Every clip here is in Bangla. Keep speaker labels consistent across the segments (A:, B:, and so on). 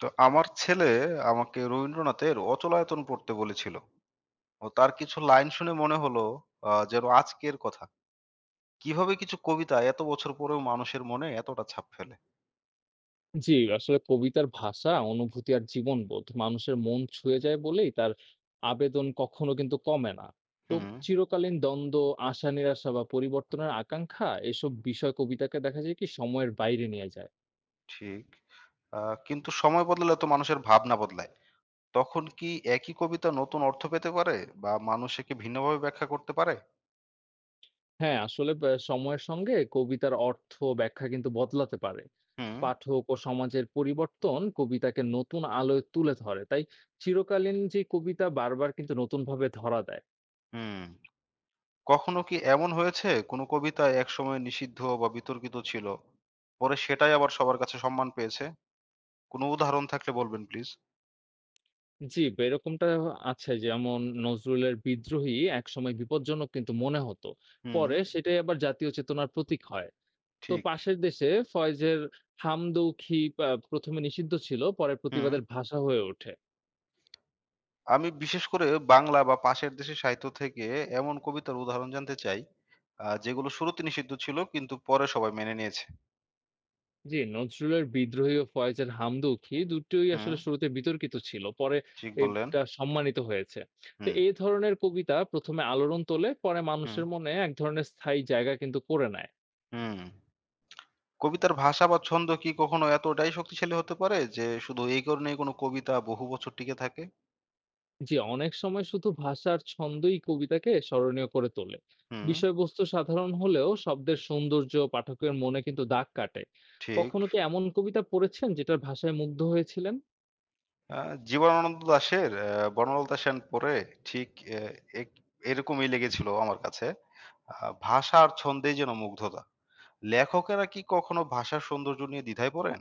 A: তো আমার ছেলে আমাকে রবীন্দ্রনাথের অচলায়তন পড়তে বলেছিল। ও তার কিছু লাইন শুনে মনে হলো, যেন আজকের কথা। কিভাবে কিছু কবিতা এত বছর পরেও মানুষের মনে এতটা ছাপ ফেলে?
B: জি, আসলে কবিতার ভাষা, অনুভূতি আর জীবনবোধ মানুষের মন ছুঁয়ে যায় বলেই তার আবেদন কখনো কিন্তু কমে না। তো
A: হুম।
B: চিরকালীন দ্বন্দ্ব, আশা-নিরাশা বা পরিবর্তনের আকাঙ্ক্ষা এসব বিষয় কবিতাকে দেখা যায় কি সময়ের বাইরে নিয়ে যায়।
A: ঠিক। কিন্তু সময় বদলালে তো মানুষের ভাবনা বদলায়। তখন কি একই কবিতা নতুন অর্থ পেতে পারে, বা মানুষে কি ভিন্নভাবে ব্যাখ্যা করতে পারে?
B: হ্যাঁ, আসলে সময়ের সঙ্গে কবিতার অর্থ, ব্যাখ্যা কিন্তু বদলাতে পারে।
A: হুম,
B: পাঠক ও সমাজের পরিবর্তন কবিতাকে নতুন আলোয় তুলে ধরে। তাই চিরকালীন যে কবিতা বারবার কিন্তু নতুনভাবে ধরা দেয়।
A: হুম। কখনো কি এমন হয়েছে কোনো কবিতা একসময় নিষিদ্ধ বা বিতর্কিত ছিল, পরে সেটাই আবার সবার কাছে সম্মান পেয়েছে? কোনো উদাহরণ থাকলে বলবেন প্লিজ?
B: জি, এরকমটা আছে। যেমন নজরুলের 'বিদ্রোহী' একসময় বিপজ্জনক কিন্তু মনে হতো।
A: হুম,
B: পরে সেটাই আবার জাতীয় চেতনার প্রতীক হয়। তো
A: ঠিক।
B: পাশের দেশে ফয়েজের 'হামদৌখি' পা ১ম এ নিষিদ্ধ ছিল, পরে
A: হুম।
B: প্রতিবাদের ভাষা হয়ে ওঠে।
A: আমি বিশেষ করে বাংলা বা পাশের দেশের সাহিত্য থেকে এমন কবিতার উদাহরণ জানতে চাই, যেগুলো শুরুতে নিষিদ্ধ ছিল কিন্তু পরে সবাই মেনে নিয়েছে।
B: জি, নজরুলের 'বিদ্রোহী' ও ফয়েজের 'হামদৌখি' দুটোই
A: হুম,
B: আসলে শুরুতে বিতর্কিত ছিল। পরে
A: ঠিক বললেন।
B: এটা সম্মানিত হয়েছে। তো
A: হুম,
B: এই ধরনের কবিতা ১ম এ আলোড়ন তোলে, পরে
A: হুম,
B: মানুষের মনে এক ধরনের স্থায়ী জায়গা কিন্তু করে নেয়।
A: হুম। কবিতার ভাষা বা ছন্দ কি কখনো এতটাই শক্তিশালী হতে পারে যে শুধু এই কারণেই কোনো কবিতা বহু বছর টিকে থাকে?
B: জি, অনেক সময় শুধু ভাষার ছন্দই কবিতাকে স্মরণীয় করে তোলে।
A: হুম,
B: বিষয়বস্তু সাধারণ হলেও শব্দের সৌন্দর্য পাঠকের মনে কিন্তু দাগ কাটে।
A: ঠিক।
B: কখনো কি এমন কবিতা পড়েছেন যেটার ভাষায় মুগ্ধ হয়েছিলেন?
A: আ জীবনানন্দ দাশের বনলতা সেন পড়ে ঠিক এ এক এরকমই লেগেছিল আমার কাছে। আ ভাষা আর ছন্দেই যেন মুগ্ধতা। লেখকেরা কি কখনো ভাষার সৌন্দর্য নিয়ে দ্বিধায় পড়েন?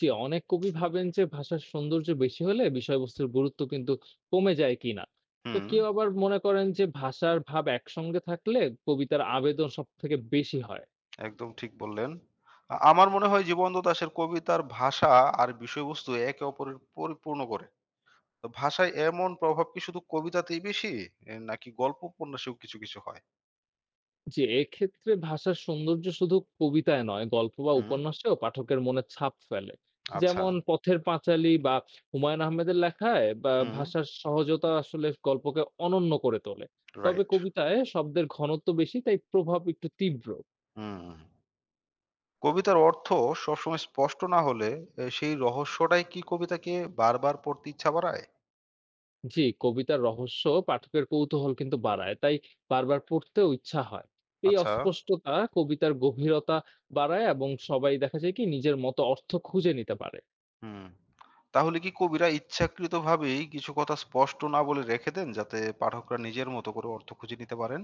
B: যে অনেক কবি ভাবেন যে ভাষার সৌন্দর্য বেশি হলে বিষয়বস্তুর গুরুত্ব কিন্তু কমে যায় কিনা। তো
A: হুম,
B: কেউ আবার মনে করেন যে ভাষার ভাব একসঙ্গে থাকলে কবিতার আবেদন সব থেকে বেশি হয়।
A: একদম ঠিক বললেন। আমার মনে হয় জীবন্ত দাশের কবিতার ভাষা আর বিষয়বস্তু একে অপরের পরিপূর্ণ করে। তো ভাষায় এমন প্রভাব কি শুধু কবিতাতেই বেশি, নাকি গল্প উপন্যাসেও কিছু, কিছু হয়?
B: জি, এক্ষেত্রে ভাষার সৌন্দর্য শুধু কবিতায় নয়, গল্প বা
A: হুম,
B: উপন্যাসেও পাঠকের মনে ছাপ ফেলে।
A: আচ্ছা।
B: যেমন পথের পাঁচালী বা হুমায়ূন আহমেদের লেখায় বা
A: হুম,
B: ভাষার সহজতা আসলে গল্পকে অনন্য করে তোলে। তবে
A: রাইট।
B: কবিতায় শব্দের ঘনত্ব বেশি, তাই প্রভাব একটু তীব্র।
A: হুম। কবিতার অর্থ সবসময় স্পষ্ট না হলে, সেই রহস্যটাই কি কবিতাকে বারবার পড়তে ইচ্ছা বাড়ায়?
B: জি, কবিতার রহস্য পাঠকের কৌতূহল কিন্তু বাড়ায়, তাই বারবার পড়তেও ইচ্ছা হয়। এই
A: আচ্ছা।
B: অস্পষ্টতা কবিতার গভীরতা বাড়ায় এবং সবাই দেখা যায় কি নিজের মতো অর্থ খুঁজে নিতে পারে।
A: হুম। তাহলে কি কবিরা ইচ্ছাকৃতভাবেই কিছু কথা স্পষ্ট না বলে রেখে দেন যাতে পাঠকরা নিজের মতো করে অর্থ খুঁজে নিতে পারেন?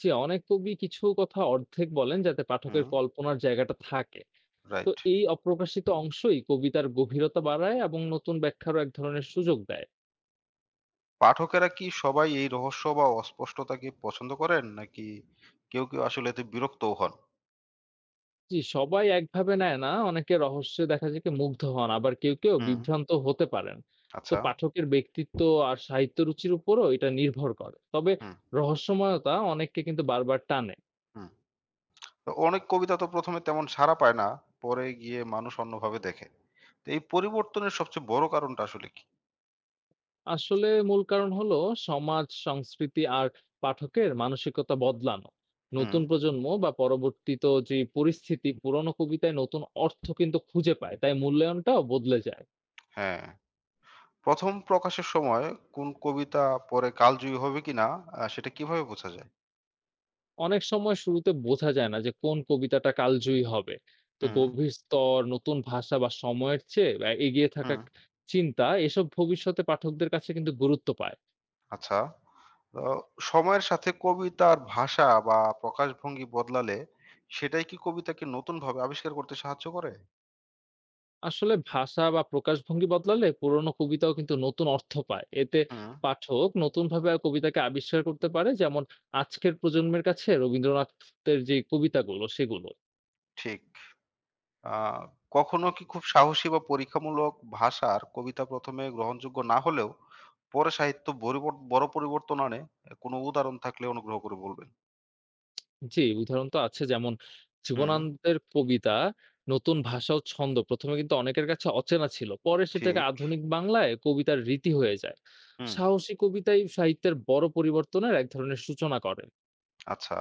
B: জি, অনেক কবি কিছু কথা অর্ধেক বলেন যাতে পাঠকের
A: হুম,
B: কল্পনার জায়গাটা থাকে। তো
A: রাইট।
B: এই অপ্রকাশিত অংশই কবিতার গভীরতা বাড়ায় এবং নতুন ব্যাখ্যারও এক ধরনের সুযোগ দেয়।
A: পাঠকেরা কি সবাই এই রহস্য বা অস্পষ্টতাকে পছন্দ করেন, নাকি কেউ, কেউ আসলে এতে বিরক্তও হন?
B: জি, সবাই একভাবে নেয় না, অনেকে রহস্যে দেখা যায় কি মুগ্ধ হন, আবার কেউ, কেউ
A: হুম,
B: বিভ্রান্ত হতে পারেন। তো
A: আচ্ছা।
B: পাঠকের ব্যক্তিত্ব আর সাহিত্য রুচির উপরও এটা নির্ভর করে। তবে
A: হুম,
B: রহস্যময়তা অনেককে কিন্তু বারবার টানে।
A: হুম। তো অনেক কবিতা তো ১ম এ তেমন সাড়া পায় না। পরে গিয়ে মানুষ অন্যভাবে দেখে। তো এই পরিবর্তনের সবচেয়ে বড় কারণটা আসলে কি?
B: আসলে মূল কারণ হলো সমাজ সংস্কৃতি আর পাঠকের মানসিকতা বদলানো।
A: হুম,
B: নতুন প্রজন্ম বা পরবর্তীত যে পরিস্থিতি পুরনো কবিতায় নতুন অর্থ কিন্তু খুঁজে পায় তাই মূল্যায়নটাও বদলে যায়।
A: হ্যাঁ। ১ম প্রকাশের সময় কোন কবিতা পরে কালজয়ী হবে কিনা, সেটা কিভাবে বোঝা যায়?
B: অনেক সময় শুরুতে বোঝা যায় না যে কোন কবিতাটা কালজয়ী হবে। তো
A: হুম,
B: গভীর স্তর নতুন ভাষা বা সময়ের চেয়ে বা এগিয়ে থাকা
A: হুম।
B: চিন্তা এসব ভবিষ্যতে পাঠকদের কাছে কিন্তু গুরুত্ব পায়।
A: আচ্ছা। তো সময়ের সাথে কবিতার ভাষা বা প্রকাশভঙ্গি বদলালে সেটাই কি কবিতাকে নতুনভাবে আবিষ্কার করতে সাহায্য করে?
B: আসলে ভাষা বা প্রকাশভঙ্গি বদলালে পুরোনো কবিতাও কিন্তু নতুন অর্থ পায়, এতে
A: হুম,
B: পাঠক নতুনভাবে আর কবিতাকে আবিষ্কার করতে পারে। যেমন আজকের প্রজন্মের কাছে রবীন্দ্রনাথের যে কবিতাগুলো সেগুলো।
A: ঠিক। আ কখনো কি খুব সাহসী বা পরীক্ষামূলক ভাষার কবিতা ১ম এ গ্রহণযোগ্য না হলেও পরে সাহিত্য বরিবর বড় পরিবর্তন আনে? কোনো উদাহরণ থাকলে অনুগ্রহ করে বলবেন।
B: জি, উদাহরণ তো আছে, যেমন
A: হুম,
B: জীবনানন্দের কবিতা। নতুন ভাষা ও ছন্দ প্রথমে কিন্তু অনেকের কাছে অচেনা ছিল, পরে সেটাকে
A: ঠিক।
B: আধুনিক বাংলায় কবিতার রীতি হয়ে যায়।
A: হুম।
B: সাহসী কবিতাই সাহিত্যের বড় পরিবর্তনের এক ধরনের সূচনা করে।
A: আচ্ছা।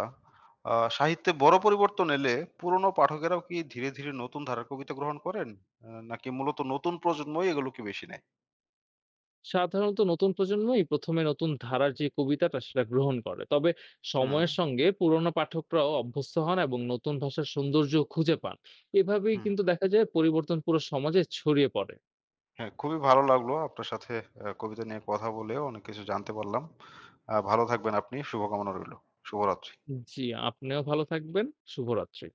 A: সাহিত্যে বড় পরিবর্তন এলে পুরনো পাঠকেরাও কি ধীরে, ধীরে নতুন ধারার কবিতা গ্রহণ করেন, নাকি মূলত নতুন প্রজন্মই এগুলোকে বেশি নেয়?
B: সাধারণত নতুন প্রজন্মই প্রথমে নতুন ধারার যে কবিতাটা সেটা গ্রহণ করে, তবে
A: হুম,
B: সময়ের সঙ্গে পুরনো পাঠকরাও অভ্যস্ত হন এবং নতুন ভাষার সৌন্দর্য খুঁজে পান। এভাবেই
A: হুম।
B: কিন্তু দেখা যায় পরিবর্তন পুরো সমাজে ছড়িয়ে পড়ে।
A: হ্যাঁ, খুবই ভালো লাগলো আপনার সাথে কবিতা নিয়ে কথা বলে অনেক কিছু জানতে পারলাম। ভালো থাকবেন আপনি। শুভকামনা রইলো। শুভরাত্রি।
B: জি, আপনিও ভালো থাকবেন। শুভরাত্রি।